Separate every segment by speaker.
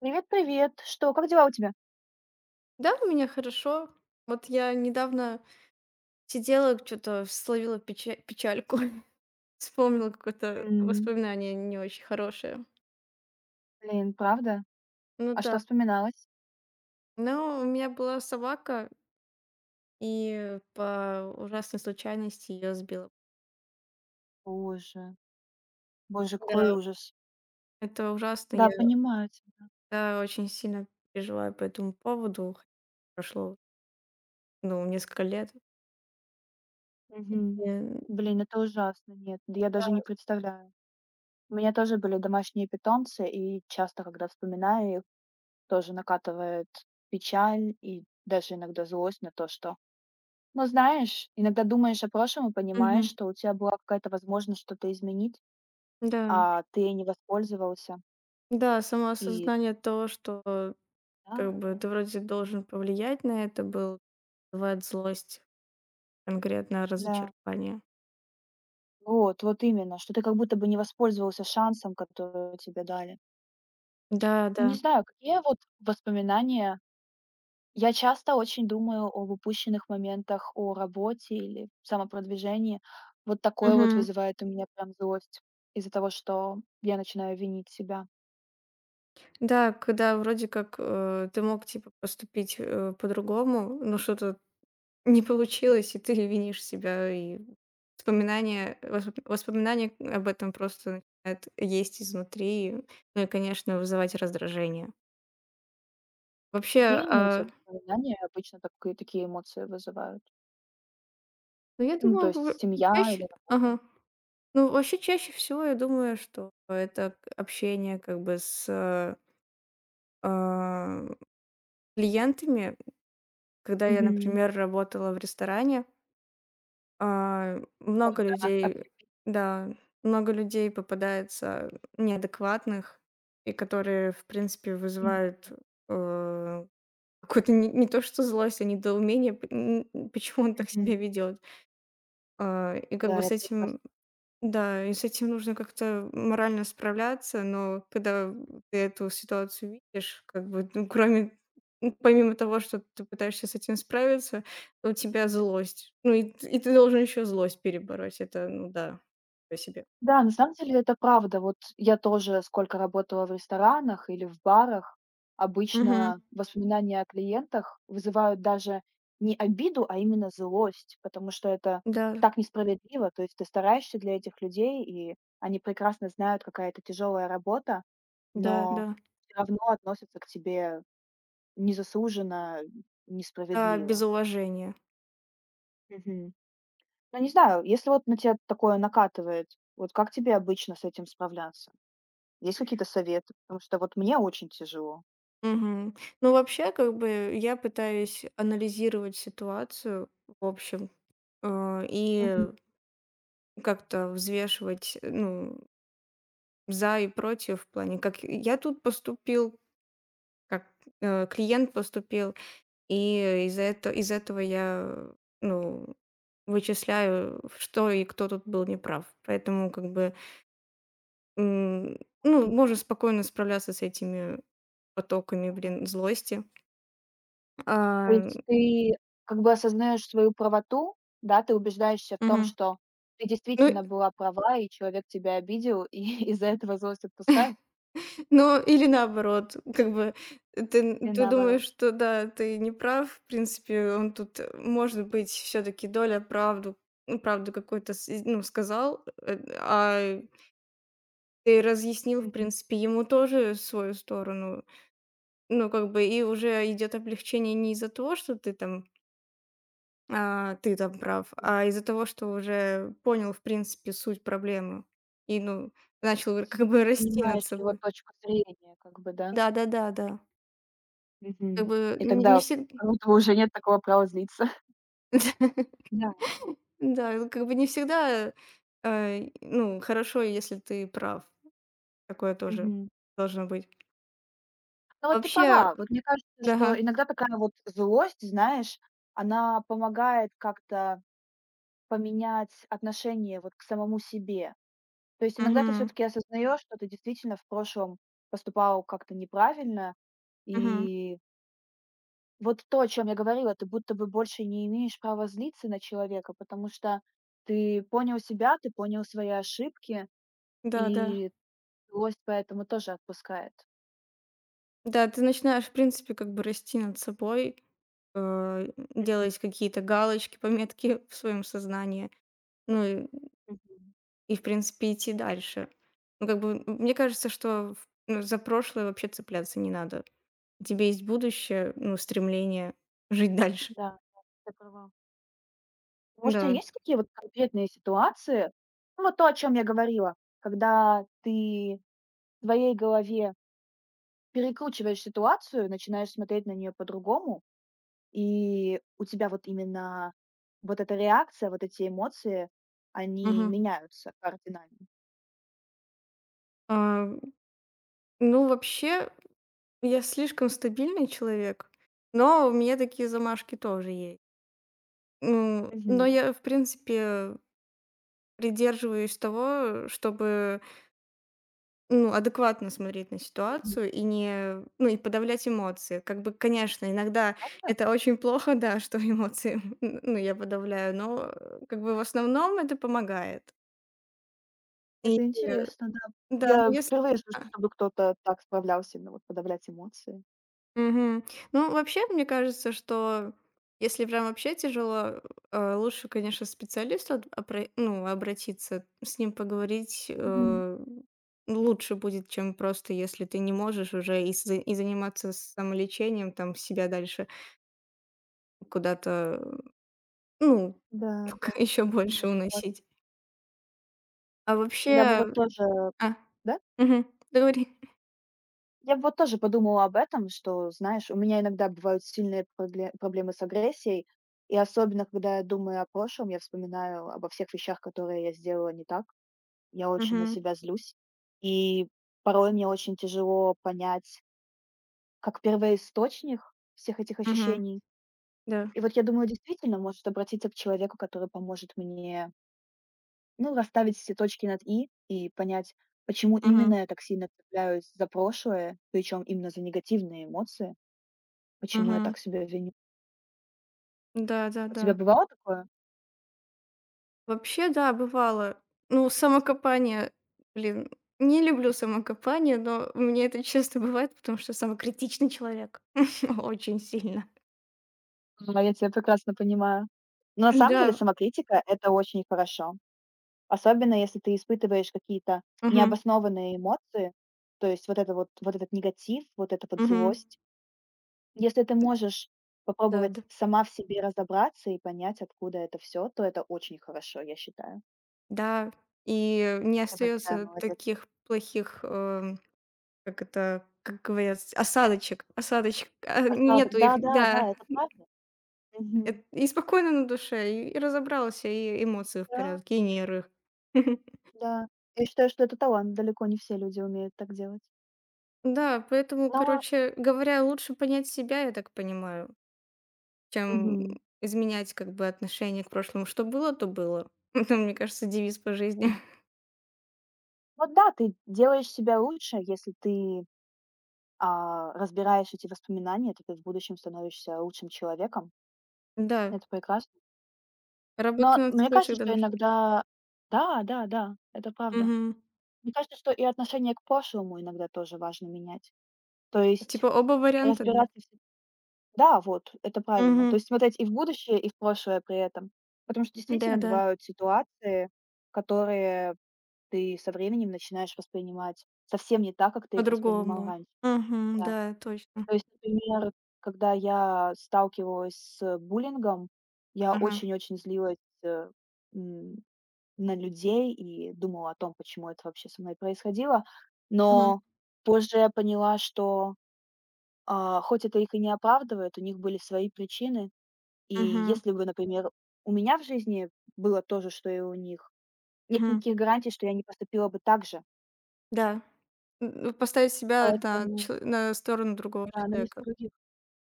Speaker 1: Привет, привет. Что, как дела у тебя?
Speaker 2: Да, у меня хорошо. Вот я недавно сидела, что-то словила печальку. Вспомнила какое-то
Speaker 1: М.
Speaker 2: воспоминание не очень хорошее.
Speaker 1: Блин, правда?
Speaker 2: Ну
Speaker 1: А
Speaker 2: да.
Speaker 1: что вспоминалось?
Speaker 2: Но у меня была собака, и по ужасной случайности ее сбила.
Speaker 1: Боже, боже, какой
Speaker 2: Да,
Speaker 1: ужас.
Speaker 2: это ужасно. Я
Speaker 1: Да, понимаю тебя.
Speaker 2: Да, очень сильно переживаю по этому поводу. Хоть прошло, ну, несколько лет.
Speaker 1: Мгм.
Speaker 2: И,
Speaker 1: Блин, это ужасно. Нет, да я даже
Speaker 2: да.
Speaker 1: не представляю. У меня тоже были домашние питомцы, и часто, когда вспоминаю их, тоже накатывает печаль и даже иногда злость на то, что. Ну, знаешь, иногда думаешь о прошлом и понимаешь,
Speaker 2: Мгм.
Speaker 1: что у тебя была какая-то возможность что-то изменить,
Speaker 2: Да,
Speaker 1: а ты ей не воспользовался.
Speaker 2: да,
Speaker 1: И
Speaker 2: самоосознание того, что как
Speaker 1: да,
Speaker 2: бы
Speaker 1: да,
Speaker 2: ты вроде должен повлиять на это, было. Бывает злость, конкретное
Speaker 1: да.
Speaker 2: разочарование.
Speaker 1: Вот именно, что ты как будто бы не воспользовался шансом, который тебе дали.
Speaker 2: Да,
Speaker 1: Ну, не
Speaker 2: да.
Speaker 1: знаю, какие вот воспоминания. Я часто очень думаю об упущенных моментах, о работе или самопродвижении. Вот такое вот
Speaker 2: Мгм.
Speaker 1: вызывает у меня прям злость из-за того, что я начинаю винить себя.
Speaker 2: Да, когда вроде как, ты мог, типа, поступить, по-другому, но что-то не получилось, и ты винишь себя, и воспоминания об этом просто начинают есть изнутри, ну и, конечно, вызывать раздражение. Вообще,
Speaker 1: Какие именно у
Speaker 2: а,
Speaker 1: тебя воспоминания обычно такые такие эмоции вызывают?
Speaker 2: ну, я
Speaker 1: Ну, то
Speaker 2: думаю,
Speaker 1: есть
Speaker 2: в
Speaker 1: семья
Speaker 2: чаще.
Speaker 1: или работа?
Speaker 2: Ага. Ну, вообще, чаще всего я думаю, что это к общение как бы с, а клиентами. Когда я,
Speaker 1: Мгм.
Speaker 2: например, работала в ресторане, а,
Speaker 1: О
Speaker 2: много
Speaker 1: да,
Speaker 2: людей,
Speaker 1: общепит.
Speaker 2: да, много людей попадается неадекватных и которые, в принципе, вызывают, э, какую-то не то что злость, а недоумение, п н почему он так
Speaker 1: Мгм.
Speaker 2: себя ведет. И как
Speaker 1: Да,
Speaker 2: бы с
Speaker 1: я прекрасно.
Speaker 2: этим. Да, и с этим нужно как-то морально справляться, но когда ты эту ситуацию видишь, как бы, ну, кроме ну, помимо того, что ты пытаешься с этим справиться, у тебя злость. Ну, и ты должен еще злость перебороть. Это, ну да, по себе.
Speaker 1: Да, на самом деле это правда. Вот я тоже сколько работала в ресторанах или в барах,
Speaker 2: Мгм.
Speaker 1: обычно воспоминания о клиентах вызывают даже не обиду, а именно злость, потому что это
Speaker 2: Да,
Speaker 1: так несправедливо. То есть ты стараешься для этих людей, и они прекрасно знают, какая это тяжелая работа,
Speaker 2: да,
Speaker 1: но
Speaker 2: да.
Speaker 1: все равно относятся к тебе незаслуженно,
Speaker 2: Да, без
Speaker 1: несправедливо.
Speaker 2: уважения.
Speaker 1: Мгм. Ну, не знаю, если вот на тебя такое накатывает, вот как тебе обычно с этим справляться? Есть какие-то советы? Потому что вот мне очень тяжело.
Speaker 2: Мгм. Ну, вообще, как бы, я пытаюсь анализировать ситуацию в общем,
Speaker 1: Мгм,
Speaker 2: и как-то взвешивать, ну, за и против в плане, как я тут поступил, как, клиент поступил, и из-за этого я, ну, вычисляю, что и кто тут был неправ. Поэтому как бы, м, ну,
Speaker 1: мгм.
Speaker 2: можно спокойно справляться с этими потоками,
Speaker 1: Ага.
Speaker 2: блин, злости.
Speaker 1: То
Speaker 2: А,
Speaker 1: есть ты как бы осознаешь свою правоту, да, ты убеждаешься в том,
Speaker 2: Мгм.
Speaker 1: что ты
Speaker 2: ну
Speaker 1: действительно была права, и человек тебя обидел, и из-за этого злость отпускает,
Speaker 2: Ну, или наоборот, как бы ты н
Speaker 1: или
Speaker 2: ты думаешь,
Speaker 1: наоборот?
Speaker 2: что да, ты не прав. В принципе, он тут, может быть, все таки доля правду ну, правду какую-то с ну, сказал, а ты разъяснил, в
Speaker 1: Мгм,
Speaker 2: принципе, ему тоже свою сторону. Ну, как бы и уже идет облегчение не из-за того, что ты там прав,
Speaker 1: мгм.
Speaker 2: а из-за того, что уже понял, в принципе, суть проблемы и, ну,
Speaker 1: То
Speaker 2: начал
Speaker 1: есть
Speaker 2: как бы
Speaker 1: ты
Speaker 2: расти над
Speaker 1: понимаешь его
Speaker 2: собой.
Speaker 1: точку зрения, как бы, да?
Speaker 2: Да-да-да, да, да, да. Как
Speaker 1: Мгм.
Speaker 2: бы
Speaker 1: И
Speaker 2: не
Speaker 1: тогда
Speaker 2: всег.
Speaker 1: как будто бы уже нет такого права злиться. Да.
Speaker 2: Да, ну, как бы не всегда, ну, хорошо, если ты прав. Такое тоже
Speaker 1: Мгм.
Speaker 2: должно быть.
Speaker 1: Ну вот ты
Speaker 2: Вообще,
Speaker 1: права. Вот мне кажется,
Speaker 2: ага.
Speaker 1: что иногда такая вот злость, знаешь, она помогает как-то поменять отношение вот к самому себе. То есть иногда ты все
Speaker 2: Мгм.
Speaker 1: таки осознаешь, что ты действительно в прошлом поступал как-то неправильно.
Speaker 2: Мгм.
Speaker 1: И вот то, о чем я говорила, ты будто бы больше не имеешь права злиться на человека, потому что ты понял себя, ты понял свои ошибки,
Speaker 2: Да-да.
Speaker 1: и злость поэтому тоже отпускает.
Speaker 2: Да, да, ты начинаешь, в принципе, как бы расти над собой, э,
Speaker 1: Мгм,
Speaker 2: делать какие-то галочки, пометки в своем сознании, ну и,
Speaker 1: мгм.
Speaker 2: и, в принципе, идти дальше. Ну, как бы, мне кажется, что ну, за прошлое вообще цепляться не надо. У тебя есть будущее, ну, стремление жить дальше.
Speaker 1: Да. Да, ты права. Может, у тебя
Speaker 2: Да.
Speaker 1: есть какие вот конкретные ситуации? Ну, вот то, о чем я говорила, когда ты в твоей голове перекручиваешь ситуацию, начинаешь смотреть на нее по-другому, и у тебя вот именно вот эта реакция, вот эти эмоции, они меняются кардинально.
Speaker 2: А, ну, вообще, я слишком стабильный человек, но у меня такие замашки тоже есть. Ну, но
Speaker 1: Мгм.
Speaker 2: я, в принципе, придерживаюсь того, чтобы, ну, адекватно смотреть на
Speaker 1: Мгм.
Speaker 2: ситуацию и не, ну, и подавлять эмоции. Как бы, конечно, иногда
Speaker 1: Правда?
Speaker 2: это очень плохо, да, что эмоции, ну, я подавляю, но как бы в основном это помогает. И
Speaker 1: Это
Speaker 2: э,
Speaker 1: интересно, да.
Speaker 2: да, ну
Speaker 1: Я
Speaker 2: если...
Speaker 1: впервые слышу,
Speaker 2: а,
Speaker 1: чтобы кто-то так справлялся, именно вот подавлять эмоции.
Speaker 2: Мгм. Ну, вообще, мне кажется, что если прям вообще тяжело, лучше, конечно, к специалисту ну, обратиться, с ним поговорить,
Speaker 1: Мгм.
Speaker 2: лучше будет, чем просто если ты не можешь уже и заниматься самолечением, там себя дальше куда-то, ну,
Speaker 1: Да, да,
Speaker 2: еще
Speaker 1: да,
Speaker 2: больше
Speaker 1: согласна.
Speaker 2: уносить. А
Speaker 1: Я бы
Speaker 2: вообще...
Speaker 1: вот тоже.
Speaker 2: А,
Speaker 1: Да?
Speaker 2: мгм, договори.
Speaker 1: Я вот тоже подумала об этом, что, знаешь, у меня иногда бывают сильные прогле проблемы с агрессией, и особенно, когда я думаю о прошлом, я вспоминаю обо всех вещах, которые я сделала не так. Я очень на
Speaker 2: Мгм,
Speaker 1: себя злюсь, и порой мне очень тяжело понять, как первоисточник всех этих
Speaker 2: мгм,
Speaker 1: ощущений.
Speaker 2: да.
Speaker 1: И вот я думаю, действительно, может, обратиться к человеку, который поможет мне, ну, расставить все точки над и понять, почему
Speaker 2: Мгм,
Speaker 1: именно я так сильно цепляюсь за прошлое, причем именно за негативные эмоции. Почему я
Speaker 2: мгм.
Speaker 1: так себя виню?
Speaker 2: Да, да,
Speaker 1: У
Speaker 2: да.
Speaker 1: тебя бывало такое?
Speaker 2: Вообще, да, бывало. Ну, самокопание, блин, не люблю самокопание, но у меня это часто бывает, потому что я самокритичный человек. Очень сильно.
Speaker 1: Да, я тебя прекрасно понимаю. Но на самом деле
Speaker 2: Да.
Speaker 1: самокритика- это очень хорошо. Особенно если ты испытываешь какие-то
Speaker 2: Мгм.
Speaker 1: необоснованные эмоции, то есть вот это вот этот негатив, вот эта вот
Speaker 2: Мгм.
Speaker 1: злость. Если ты можешь
Speaker 2: Да, да.
Speaker 1: попробовать сама в себе разобраться и понять, откуда это все, то это очень хорошо, я считаю.
Speaker 2: Да. И не
Speaker 1: Ты большая
Speaker 2: остается
Speaker 1: молодец.
Speaker 2: таких плохих, как это, как говорят, с осадочек. Осадочек,
Speaker 1: Осадок.
Speaker 2: нету их, да.
Speaker 1: Да-да-да, это правда. Мгм.
Speaker 2: Эт И спокойно на душе, и разобрался, и эмоции в
Speaker 1: Да,
Speaker 2: порядке, и нервы.
Speaker 1: да. Я считаю, что это талант, далеко не все люди умеют так делать.
Speaker 2: Да, поэтому,
Speaker 1: Но.
Speaker 2: короче говоря, лучше понять себя, я так понимаю, чем
Speaker 1: Мгм.
Speaker 2: изменять как бы отношение к прошлому. Что было, то было. Это, мне кажется, девиз по жизни.
Speaker 1: М. Вот да, ты делаешь себя лучше, если ты, разбираешь эти воспоминания, то ты в будущем становишься лучшим человеком.
Speaker 2: Да,
Speaker 1: Это прекрасно.
Speaker 2: работа
Speaker 1: Но
Speaker 2: над
Speaker 1: мне
Speaker 2: собой
Speaker 1: кажется,
Speaker 2: всегда
Speaker 1: что
Speaker 2: нужна.
Speaker 1: иногда. Да, да, да, это правда.
Speaker 2: Мгм.
Speaker 1: Мне кажется, что и отношение к прошлому иногда тоже важно менять. То есть
Speaker 2: Типа оба варианта, да?
Speaker 1: разбираться всё. Да, вот, это правильно. То
Speaker 2: Мгм.
Speaker 1: есть смотреть и в будущее, и в прошлое при этом. Потому что действительно
Speaker 2: Да-да,
Speaker 1: бывают ситуации, которые. Ты со временем начинаешь воспринимать совсем не так, как ты их воспринимал
Speaker 2: по-другому.
Speaker 1: раньше.
Speaker 2: Мгм.
Speaker 1: Да.
Speaker 2: Да, точно.
Speaker 1: То есть, например, когда я сталкивалась с буллингом, я
Speaker 2: Ага.
Speaker 1: очень-очень злилась, э, м, на людей и думала о том, почему это вообще со мной происходило.
Speaker 2: Мгм.
Speaker 1: Но позже я поняла, что, хоть это их и не оправдывает, у них были свои причины. И
Speaker 2: Мгм.
Speaker 1: если бы, например, у меня в жизни было то же, что и у них, нет
Speaker 2: Мгм.
Speaker 1: никаких гарантий, что я не поступила бы так же.
Speaker 2: Да. Поставить себя
Speaker 1: Поэтому.
Speaker 2: на сторону другого
Speaker 1: Да, на место
Speaker 2: человека.
Speaker 1: других.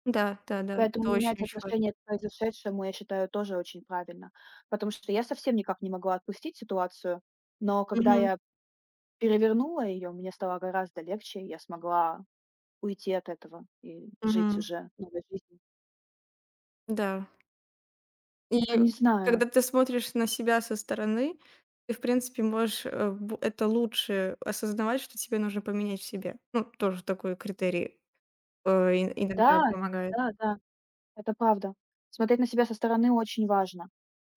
Speaker 2: Да, да, да.
Speaker 1: Поэтому
Speaker 2: Это
Speaker 1: менять
Speaker 2: очень-очень важно.
Speaker 1: отношение к произошедшему, я считаю, тоже очень правильно. Потому что я совсем никак не могла отпустить ситуацию, но когда
Speaker 2: Мгм.
Speaker 1: я перевернула ее, мне стало гораздо легче, и я смогла уйти от этого и жить
Speaker 2: Мгм.
Speaker 1: уже новой жизнью.
Speaker 2: Да. И
Speaker 1: Но не
Speaker 2: когда
Speaker 1: знаю.
Speaker 2: ты смотришь на себя со стороны, ты, в принципе, можешь, э, б это лучше осознавать, что тебе нужно поменять в себе. Ну, тоже такой критерий, э, ин иногда
Speaker 1: Да,
Speaker 2: помогает.
Speaker 1: да, да, это правда. Смотреть на себя со стороны очень важно.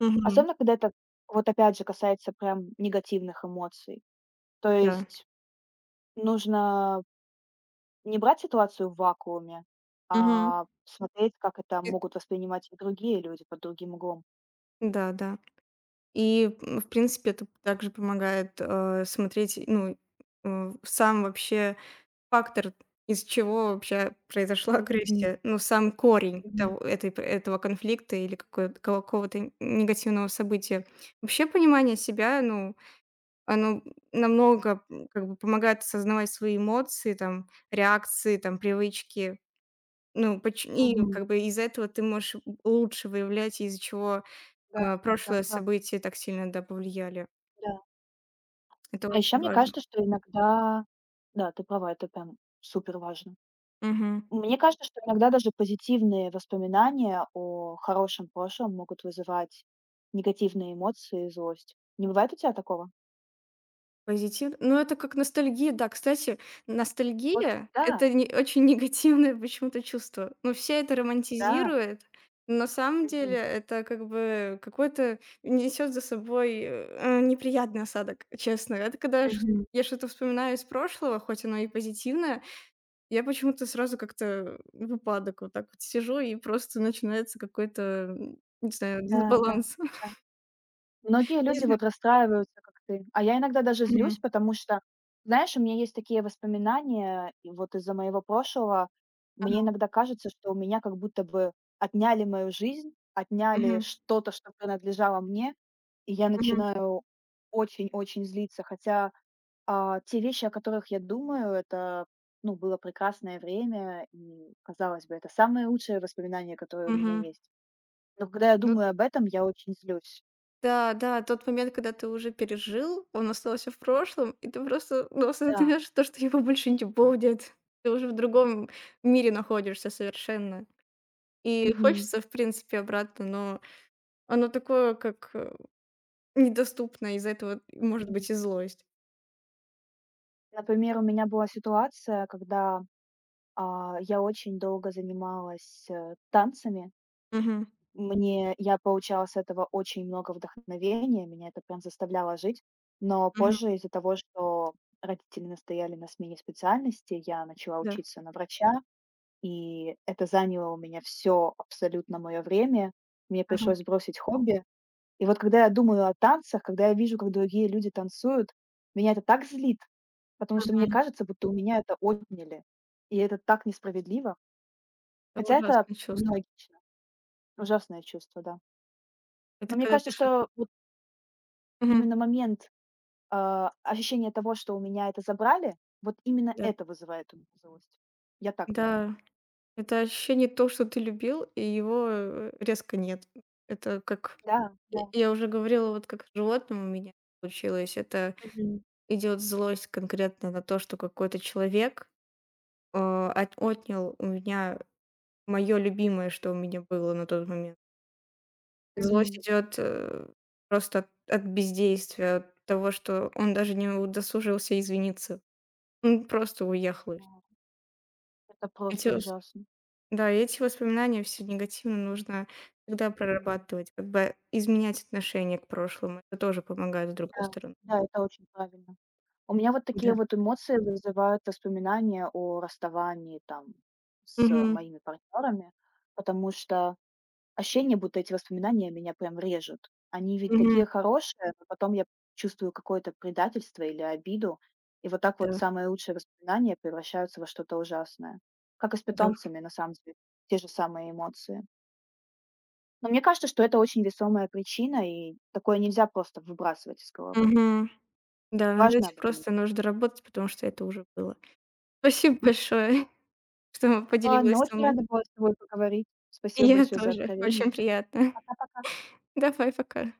Speaker 2: Мгм.
Speaker 1: Особенно, когда это, вот опять же, касается прям негативных эмоций. То
Speaker 2: Да.
Speaker 1: есть нужно не брать ситуацию в вакууме,
Speaker 2: Мгм.
Speaker 1: а смотреть, как это
Speaker 2: И
Speaker 1: могут воспринимать и другие люди под другим углом.
Speaker 2: да, да. И, в принципе, это также помогает, смотреть, ну, э, сам вообще фактор, из чего вообще произошла
Speaker 1: Мгм,
Speaker 2: агрессия. Ну, сам корень
Speaker 1: мгм.
Speaker 2: того этой п этого конфликта или какой какого-то негативного события. Вообще понимание себя, ну, оно намного, как бы помогает осознавать свои эмоции, там, реакции, там, привычки. Ну, поч и
Speaker 1: Мгм.
Speaker 2: как бы из этого ты можешь лучше выявлять, из-за чего,
Speaker 1: Да, да,
Speaker 2: прошлое
Speaker 1: прав.
Speaker 2: события так сильно, да, повлияли.
Speaker 1: Да.
Speaker 2: Это
Speaker 1: А еще
Speaker 2: очень
Speaker 1: мне
Speaker 2: важно.
Speaker 1: кажется, что иногда. Да, ты права, это прям супер важно.
Speaker 2: Мгм.
Speaker 1: Мне кажется, что иногда даже позитивные воспоминания о хорошем прошлом могут вызывать негативные эмоции и злость. Не бывает у тебя такого?
Speaker 2: Позитив Ну, это как ностальгия, да. Кстати,
Speaker 1: Вот
Speaker 2: ностальгия —
Speaker 1: да,
Speaker 2: это не очень негативное почему-то чувство. Ну, все это
Speaker 1: да. Да.
Speaker 2: романтизируют, но на самом деле
Speaker 1: Мгм.
Speaker 2: это как бы какой-то несет за собой, неприятный осадок, честно. Это когда ш
Speaker 1: Мгм.
Speaker 2: я что-то вспоминаю из прошлого, хоть оно и позитивное, я почему-то сразу как-то в упадок вот так вот сижу, и просто начинается какой-то, не знаю,
Speaker 1: Да, да.
Speaker 2: дисбаланс.
Speaker 1: Многие
Speaker 2: Не
Speaker 1: люди
Speaker 2: знаю.
Speaker 1: вот расстраиваются, как ты. А я иногда даже злюсь,
Speaker 2: Мгм.
Speaker 1: потому что, знаешь, у меня есть такие воспоминания, и вот из-за моего прошлого
Speaker 2: Ага.
Speaker 1: мне иногда кажется, что у меня как будто бы отняли мою жизнь, отняли
Speaker 2: Мгм.
Speaker 1: что-то, что принадлежало мне, и я
Speaker 2: Мгм.
Speaker 1: начинаю очень-очень злиться. Хотя, те вещи, о которых я думаю, это, ну, было прекрасное время, и, казалось бы, это самые лучшие воспоминания, которые у меня
Speaker 2: Мгм.
Speaker 1: есть. Но когда я
Speaker 2: Ну,
Speaker 1: думаю об этом, я очень злюсь.
Speaker 2: да, да, тот момент, когда ты уже пережил, он остался в прошлом, и ты просто, ну,
Speaker 1: Да.
Speaker 2: осознаешь то, что его больше не будет. Ты уже в другом мире находишься совершенно. И
Speaker 1: Мгм.
Speaker 2: хочется, в принципе, обратно, но оно такое, как, недоступно, из-за этого может
Speaker 1: М.
Speaker 2: быть и злость.
Speaker 1: Например, у меня была ситуация, когда, я очень долго занималась, танцами.
Speaker 2: Мгм.
Speaker 1: Мне я получала с этого очень много вдохновения, меня это прям заставляло жить. Но
Speaker 2: Мгм.
Speaker 1: позже из-за того, что родители настояли на смене специальности, я начала
Speaker 2: Да.
Speaker 1: учиться на врача, и это заняло у меня все абсолютно мое время. Мне
Speaker 2: Ага.
Speaker 1: пришлось бросить хобби. И вот когда я думаю о танцах, когда я вижу, как другие люди танцуют, меня это так злит. Потому что мне
Speaker 2: Мгм.
Speaker 1: кажется, будто у меня это отняли, и это так несправедливо.
Speaker 2: Это
Speaker 1: Хотя это
Speaker 2: ужасное чувство.
Speaker 1: нелогично, ужасное чувство, да.
Speaker 2: Это
Speaker 1: Но мне
Speaker 2: когда
Speaker 1: кажется,
Speaker 2: ты что.
Speaker 1: что вот
Speaker 2: Мгм.
Speaker 1: именно момент, ощущение того, что у меня это забрали, вот именно
Speaker 2: Да.
Speaker 1: это вызывает у меня злость. Я так думаю.
Speaker 2: Да. Это ощущение то, что ты любил, и его, резко нет. Это как.
Speaker 1: Да,
Speaker 2: И
Speaker 1: да.
Speaker 2: я уже говорила, вот как с животным у меня получилось. Это
Speaker 1: Мгм.
Speaker 2: идет злость конкретно на то, что какой-то человек, э, от отнял у меня мое любимое, что у меня было на тот момент. Злость
Speaker 1: Мгм.
Speaker 2: идет, просто от бездействия, от того, что он даже не удосужился извиниться. Он просто уехал и вс
Speaker 1: Кошмар. Это
Speaker 2: эти
Speaker 1: просто
Speaker 2: вос
Speaker 1: ужасно.
Speaker 2: Да, и эти воспоминания все негативно нужно всегда
Speaker 1: Мгм.
Speaker 2: прорабатывать, как бы изменять отношение к прошлому. Это тоже помогает, с другой
Speaker 1: Да,
Speaker 2: стороны.
Speaker 1: да, это очень правильно. У меня вот такие
Speaker 2: Да.
Speaker 1: вот эмоции вызывают воспоминания о расставании там с
Speaker 2: Мгм.
Speaker 1: моими партнерами, потому что. Ощущение, будто эти воспоминания меня прям режут. Они ведь
Speaker 2: Мгм.
Speaker 1: такие хорошие, но потом я чувствую какое-то предательство или обиду, и вот так вот
Speaker 2: Да,
Speaker 1: самые лучшие воспоминания превращаются во что-то ужасное. Как и с
Speaker 2: да.
Speaker 1: питомцами, на самом деле, те же самые эмоции. Но мне кажется, что это очень весомая причина, и такое нельзя просто выбрасывать из головы.
Speaker 2: Мгм. Да, над
Speaker 1: Важно
Speaker 2: этим
Speaker 1: об этом.
Speaker 2: просто нужно работать, потому что это уже было. Спасибо большое, что
Speaker 1: Ладно,
Speaker 2: поделилась со
Speaker 1: очень
Speaker 2: мной.
Speaker 1: рада была с тобой поговорить.
Speaker 2: И
Speaker 1: Спасибо
Speaker 2: я
Speaker 1: большое за
Speaker 2: тоже. Очень
Speaker 1: откровение.
Speaker 2: приятно.
Speaker 1: Пока-пока.
Speaker 2: Давай, пока.